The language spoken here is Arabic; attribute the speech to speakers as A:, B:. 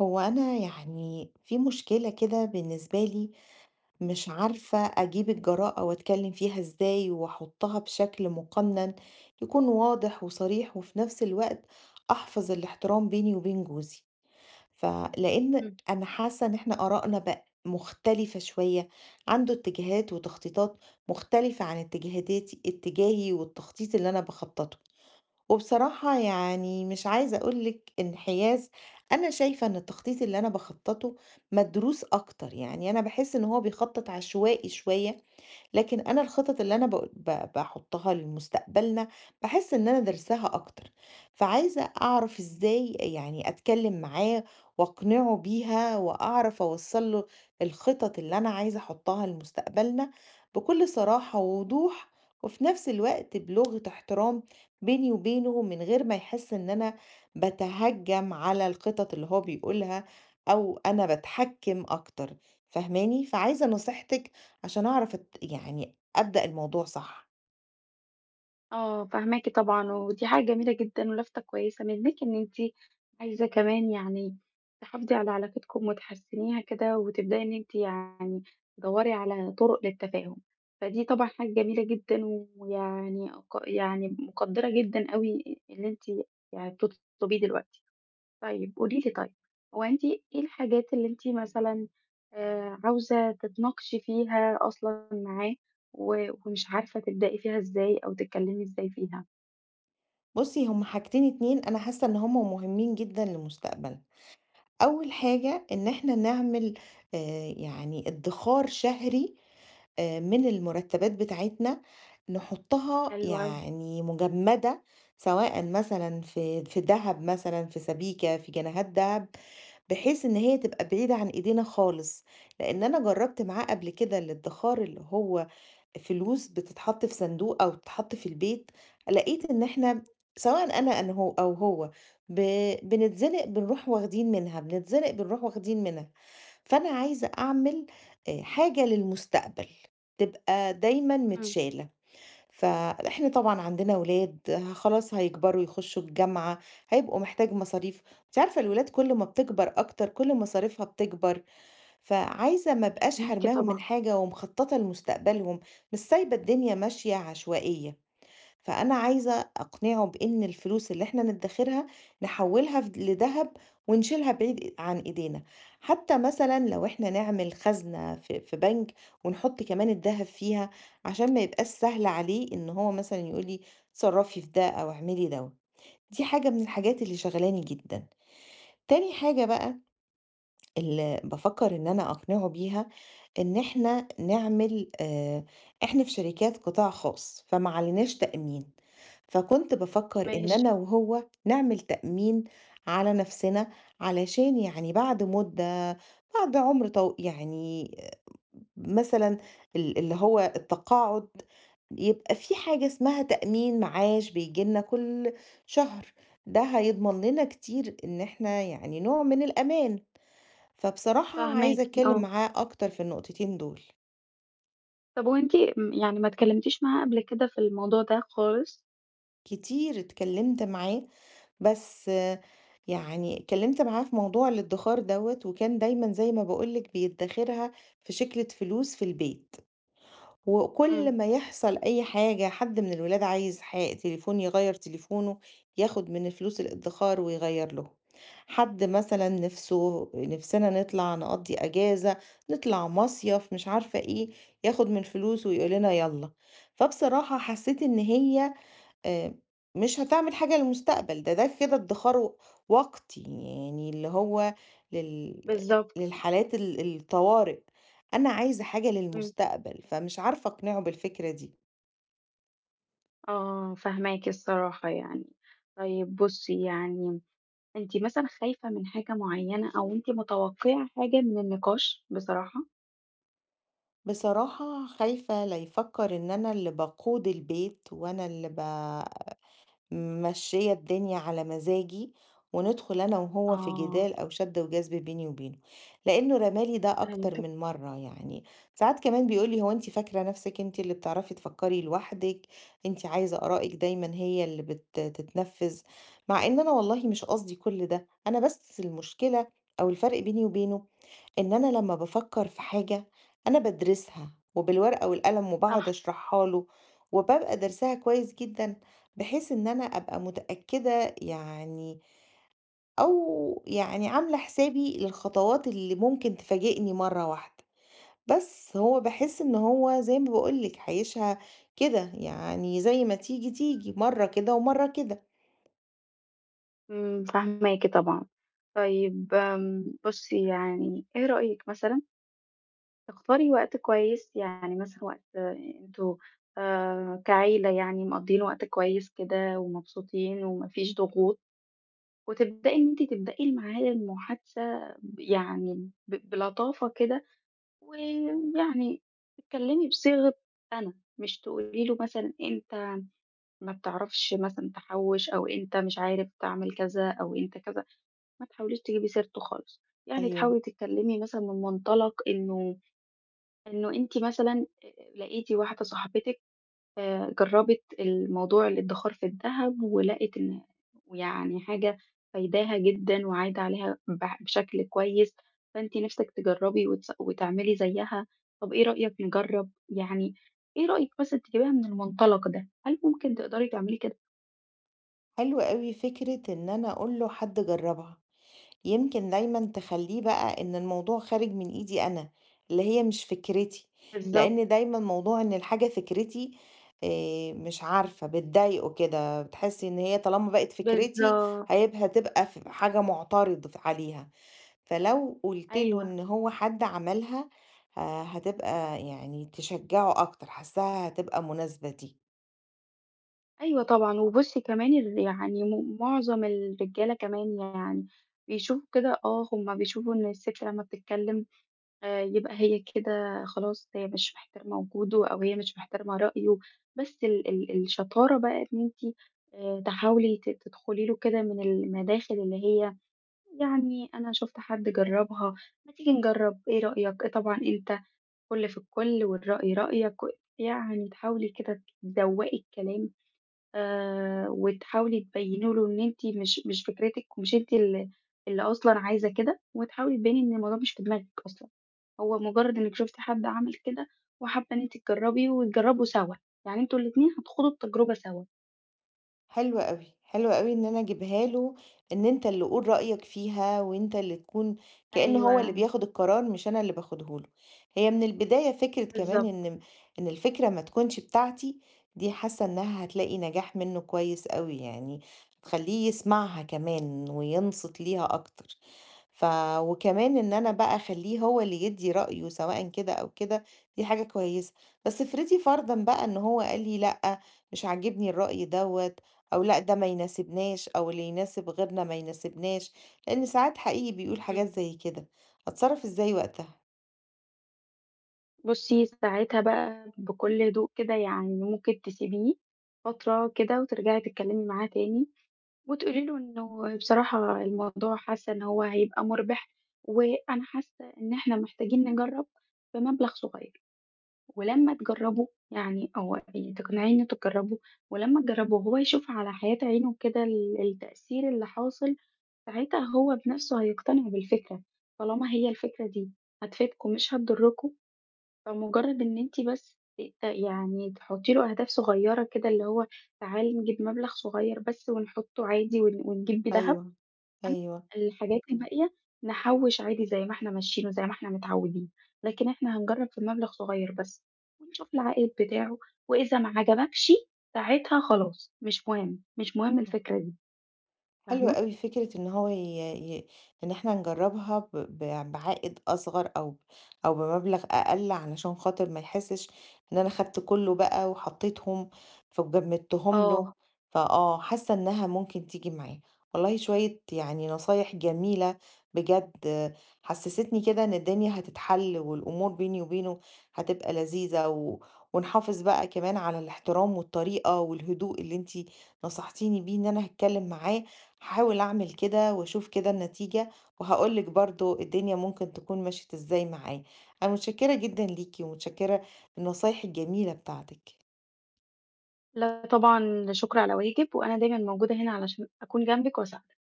A: هو أنا يعني في مشكلة كده بالنسبة لي، مش عارفة أجيب الجراءة وأتكلم فيها إزاي وأحطها بشكل مقنن يكون واضح وصريح، وفي نفس الوقت أحفظ الاحترام بيني وبين جوزي. فلأن
B: إمم،
A: أنا حاسة إن إحنا آرائنا بقى مختلفة شوية، عنده اتجاهات وتخطيطات مختلفة عن اتجاهي والتخطيط اللي أنا بخططه. وبصراحة يعني مش عايزة أقول لِك انحياز، أنا شايفة إن التخطيط اللي أنا باخطّطه مدروس أكتر، يعني أنا باحس إن هو بيخطط عشوائي شوية. لكن أنا الخطط اللي أنا ب ب باحطها لمستقبلنا، باحس إن أنا دارساها أكتر. فعايزة أعرف إزاي يعني أتكلم معاه وأقنعه بيها، وأعرف أوصّل له الخطط اللي أنا عايزة أحطها لمستقبلنا بكل صراحة ووضوح، وفي نفس الوقت بلغة احترام بيني وبينه، من غير ما يحس إن أنا باتهجم على الخطط اللي هو بيقولها، أو أنا باتحكم أكتر، فاهماني؟ فعايزة نصيحتِك عشان أعرف أت يعني أبدأ الموضوع صح.
B: آه، فاهماكِ طبعًا، ودي حاجة جميلة جدًا ولفتة كويسة منِّك إن أنتِ عايزة كمان تحافظي على علاقتكم وتحسّنيها كده، وتبدئي إن أنتِ تدوّري على طُرق للتفاهم، فدي طبعًا حاجة جميلة جدًا، ويعني أق يعني مقدّرة جدًا أوي اللي أنتِ بتطلبيه دلوقتي. طيب قولي لي، طيب هو أنتِ إيه الحاجات اللي أنتِ مثلًا عاوزة تتناقشي فيها أصلًا معاه و ومش عارفة تبدئي فيها إزاي أو تتكلمي إزاي فيها؟
A: بُصّي، هُم حاجتين 2 أنا حاسة إن هُم مهمين جدًا لمستقبلنا. أول حاجة إن إحنا نعمل يعني ادّخار شهري من المرتبات بتاعتنا نحطها
B: حلو أوي.
A: يعني مجمدة، سواء مثلًا في دهب مثلًا، في سبيكة، في جنيهات دهب، بحيث إن هي تبقى بعيدة عن إيدينا خالص. لإن أنا جرّبت معاه قبل كده الادّخار اللي هو فلوس بتتحط في صندوق أو بتتحط في البيت، لقيت إن إحنا سواء أنا هو أو هو ب بنتزنق بنروح واخدين منها، بنتزنق بنروح واخدين منها. فأنا عايزة أعمل حاجة للمستقبل، تبقى دايمًا
B: إمم.
A: متشالة. فإحنا طبعًا عندنا ولاد خلاص هيكبروا يخشوا الجامعة، هيبقوا محتاج مصاريف، أنتِ عارفة الولاد كل ما بتكبر أكتر كل مصاريفها بتكبر، فعايزة ما ابقاش
B: فاهماكِ
A: حارماهم من
B: طبعًا.
A: حاجة ومخططة لمستقبلهم، مش سايبة الدنيا ماشية عشوائية. فأنا عايزة أقنعه بإن الفلوس اللي إحنا ندخرها نحوّلها لدهب ونشيلها بعيد عن إيدينا، حتى مثلًا لو إحنا نعمل خزنة في بنك ونحط كمان الدهب فيها، عشان ما يبقاش سهل عليه إن هو مثلًا يقول لي اتصرّفي في ده أو اعملي دوّة، دي حاجة من الحاجات اللي شاغلاني جدًا. تاني حاجة بقى اللي بافكّر إن أنا أقنعه بيها، إن إحنا نعمل إحنا في شركات قطاع خاص، فما عليناش تأمين. فكنت بافكر إن
B: ماشي.
A: أنا وهو نعمل تأمين على نفسنا علشان يعني بعد مدة بعد عمر طو يعني مثلًا اللي هو التقاعد يبقى في حاجة اسمها تأمين معاش بييجي لنا كل شهر، ده هيضمن لنا كتير إن إحنا يعني نوع من الأمان. فبصراحة
B: فاهماكِ
A: عايزة أتكلم
B: آه.
A: معاه أكتر في النقطتين دول.
B: طب وأنتِ م يعني ما اتكلمتيش معاه قبل كده في الموضوع ده خالص؟
A: كتير اتكلمت معاه بس يعني اتكلمت معاه في موضوع الادخار دوّة، وكان دايمًا زي ما باقول لِك بيدخرها في شكلة فلوس في البيت، وكل
B: إمم.
A: ما يحصل أي حاجة حد من الولاد عايز تليفون يغيّر تليفونه، ياخد من فلوس الادخار ويغيّر لهم، حد مثلًا نِفْسه نِفْسنا نطلع نقضّي أجازة، نطلع مصيف، مش عارفة إيه، ياخد من فلوسه ويقول لنا يالّا. فبصراحة حسيت إن هي آآ مش هتعمل حاجة للمستقبل، ده كده ادّخار وقتي، يعني اللي هو لل
B: بالضبط.
A: للحالات الطوارئ، أنا عايزة حاجة
B: إمم.
A: للمستقبل، فمش عارفة أقنعه بالفكرة دي.
B: آه، فاهماكِ الصراحة يعني. طيب بُصّي، يعني أنتِ مثلًا خايفة من حاجة معيّنة أو أنتِ متوقعة حاجة من النقاش بصراحة؟
A: بصراحة خايفة لا يفكّر إن أنا اللي باقود البيت وأنا اللي ممشية الدنيا على مزاجي، وندخل أنا وهو في
B: آه،
A: جدال أو شد وجذب بيني وبينه، لأنه رمالي ده أكتر
B: فهمتِك.
A: من مرة يعني. ساعات كمان بيقولي هو أنت فاكرة نفسك أنت اللي بتعرفي تفكري لوحدك، أنت عايزة آرائك دايما هي اللي بتتنفذ، مع إن أنا والله مش قصدي كل ده، أنا بس المشكلة أو الفرق بيني وبينه إن أنا لمّا بافكّر في حاجة أنا بادرسها، وبالورقة والقلم
B: صح.
A: وباقعد أشرحها له، وبابقى دارساها كويس جدًا، بحيث إن أنا أبقى متأكدة يعني أو يعني عاملة حسابي للخطوات اللي ممكن تفاجئني مرّة واحدة. بس هو باحس إن هو زي ما باقول لِك عايشها كده، يعني زي ما تيجي، تيجي، مرّة كده ومرّة كده.
B: إمم، فاهماكِ طبعًا. طيب بُصّي يعني إيه رأيِك مثلًا تختاري وقت كويس، يعني مثلًا وقت أنتم كعيلة يعني مقضّيين وقت كويس كده ومبسوطين وما فيش ضغوط، وتبدئي إن أنتِ تبدئي معاه المحادثة ب يعني ب بلطافة كده ويعني تتكلمي بصيغة أنا، مش تقولي له مثلًا أنت ما بتعرفش مثلًا تحوّش، أو أنت مش عارف تعمل كذا، أو أنت كذا، ما تحاوليش تجيبي سيرته خالص، يعني
A: أيوه.
B: تحاولي تتكلمي مثلًا من منطلق إنه أنتِ مثلًا لقيتِ واحدة صاحبتِك جرّبِت الموضوع الادّخار في الدهب ولقِت إن ويعني حاجة فايداها جدًا وعايدة عليها بشكل كويس، فأنتِ نِفْسِك تجرّبي وتعملي زيّها. طَب إيه رأيك نجرّب؟ يعني إيه رأيك مثلًا تجيبيها من المنطلق ده، هل ممكن تقدري تعملي كده؟
A: حلو أوي فكرة إن أنا أقول له حد جرّبها. يمكن دايمًا تخلّيه بقى إن الموضوع خارج من إيدي أنا، اللي هي مش فكرتي،
B: بالضبط.
A: لإن دايمًا موضوع إن الحاجة فكرتي مش عارفة بتضايقه كده، بتحس إن هي طالما بقت فكرتي
B: بالضبط.
A: هتبقى حاجة مُعترض عليها، فلو قُلت له
B: أيوه.
A: إن هو حد عملها هتبقى يعني تشجّعه أكتر، حاسّاها هتبقى مناسبة دي.
B: أيوه طبعًا، وبُصّي كمان ال يعني م معظم الرجالة كمان يعني بيشوفوا كده، آه هُم بيشوفوا إن السِت لمّا بتتكلّم يبقى هي كده خلاص هي مش محترمة وجوده أو هي مش محترمة رأيه، بس ال ال الشطارة بقى إن أنتِ تحاولي تدخلي له كده من المداخل اللي هي يعني أنا شُفت حد جرّبها، ما تيجي نجرّب، إيه رأيك؟ إيه طبعًا أنت كُل في الكُل والرأي رأيك، و يعني تحاولي كده تذوّقي الكلام، وتحاولي تبيّني له إن أنتِ مش فكرتِك ومش أنتِ اللي أصلًا عايزة كده، وتحاولي تبيّني إن الموضوع مش في دماغِك أصلًا. هو مجرد إنِّك شُفتِ حد عمل كده وحابة إن أنتِ تجرّبي وتجرّبوا سوا، يعني أنتم الاتنين هتخوضوا التجربة سوا.
A: حلو أوي، حلو أوي إن أنا أجيبها له، إن أنت اللي قُل رأيك فيها وأنت اللي تكون كإن هو اللي
B: أيوه.
A: بياخد القرار مش أنا اللي باخده له. هي من البداية فكرة كمان
B: بالضبط.
A: إن الفكرة ما تكونش بتاعتي، دي حاسة إنها هتلاقي نجاح منه كويس أوي، يعني هتخلّيه يسمعها كمان وينصت ليها أكتر. ف وكمان إن أنا بقى أخلّيه هو اللي يدّي رأيه سواءً كده أو كده، دي حاجة كويسة. بس افرضي فرضًا بقى إن هو قال لي لأ، مش عاجبني الرأي دوّة أو لأ ده ما يناسبناش، أو اللي يناسب غيرنا ما يناسبناش، لإن ساعات حقيقي بيقول
B: إمم.
A: حاجات زي كده، أتصرّف إزاي وقتها؟
B: بُصّي ساعتها بقى بكل هدوء كده يعني ممكن تسيبيه فترة كده وترجعي تتكلّمي معاه تاني وتقولي له إنه بصراحة الموضوع حاسة إن هو هيبقى مُربِح، وأنا حاسة إن إحنا محتاجين نجرّب بمبلغ صغيّر. ولمّا تجرّبوا يعني، أو يعني تقنعيه إن أنتم تجرّبوا، ولمّا تجرّبوا وهو يشوف على حياة عينه كده التأثير اللي حاصل، ساعتها هو بنفسه هيقتنع بالفكرة، طالما هي الفكرة دي هتفيدكم مش هتضركم، فمجرّد إن أنتِ بس ت يعني تحطّي له أهداف صغيّرة كده، اللي هو تعالي نجيب مبلغ صغيّر بس ونحطّه عادي ونجيب بيه دهب.
A: أيوه،
B: أما
A: أيوه.
B: الحاجات الباقية نحوّش عادي زي ما إحنا ماشيين وزي ما إحنا متعوّدين، لكن إحنا هنجرّب في مبلغ صغير بس ونشوف العائد بتاعه، وإذا ما عجبكش ساعتها خلاص مش مهم، مش مهم الفكرة دي،
A: حلو
B: فاهمة؟
A: أوي فكرة إن هو ي ي إن إحنا نجرّبها ب ب بعائد أصغر أو بمبلغ أقل علشان خاطر ما يحسّش إن أنا خدت كُلّه بقى وحطّيتهم فجمّدتهم له،
B: آه،
A: فآه، حاسّة إنها ممكن تيجي معاه. والله شوية يعني نصايح جميلة بجد حسّستني كده إن الدنيا هتتحل والأمور بيني وبينه هتبقى لذيذة ونحافظ بقى كمان على الاحترام والطريقة والهدوء اللي أنتِ نصحتيني بيه إن أنا هاتكلّم معاه، هاحاول أعمل كده وأشوف كده النتيجة، وهاقول لِك برضه الدنيا ممكن تكون مشيت إزاي معايا. أنا متشكرة جدًا ليكِ، ومتشكرة للنصايح الجميلة بتاعتِك.
B: لا طبعًا لا شكر على واجب، وأنا دايمًا موجودة هنا علشان أكون جنبِك وأساعدِك.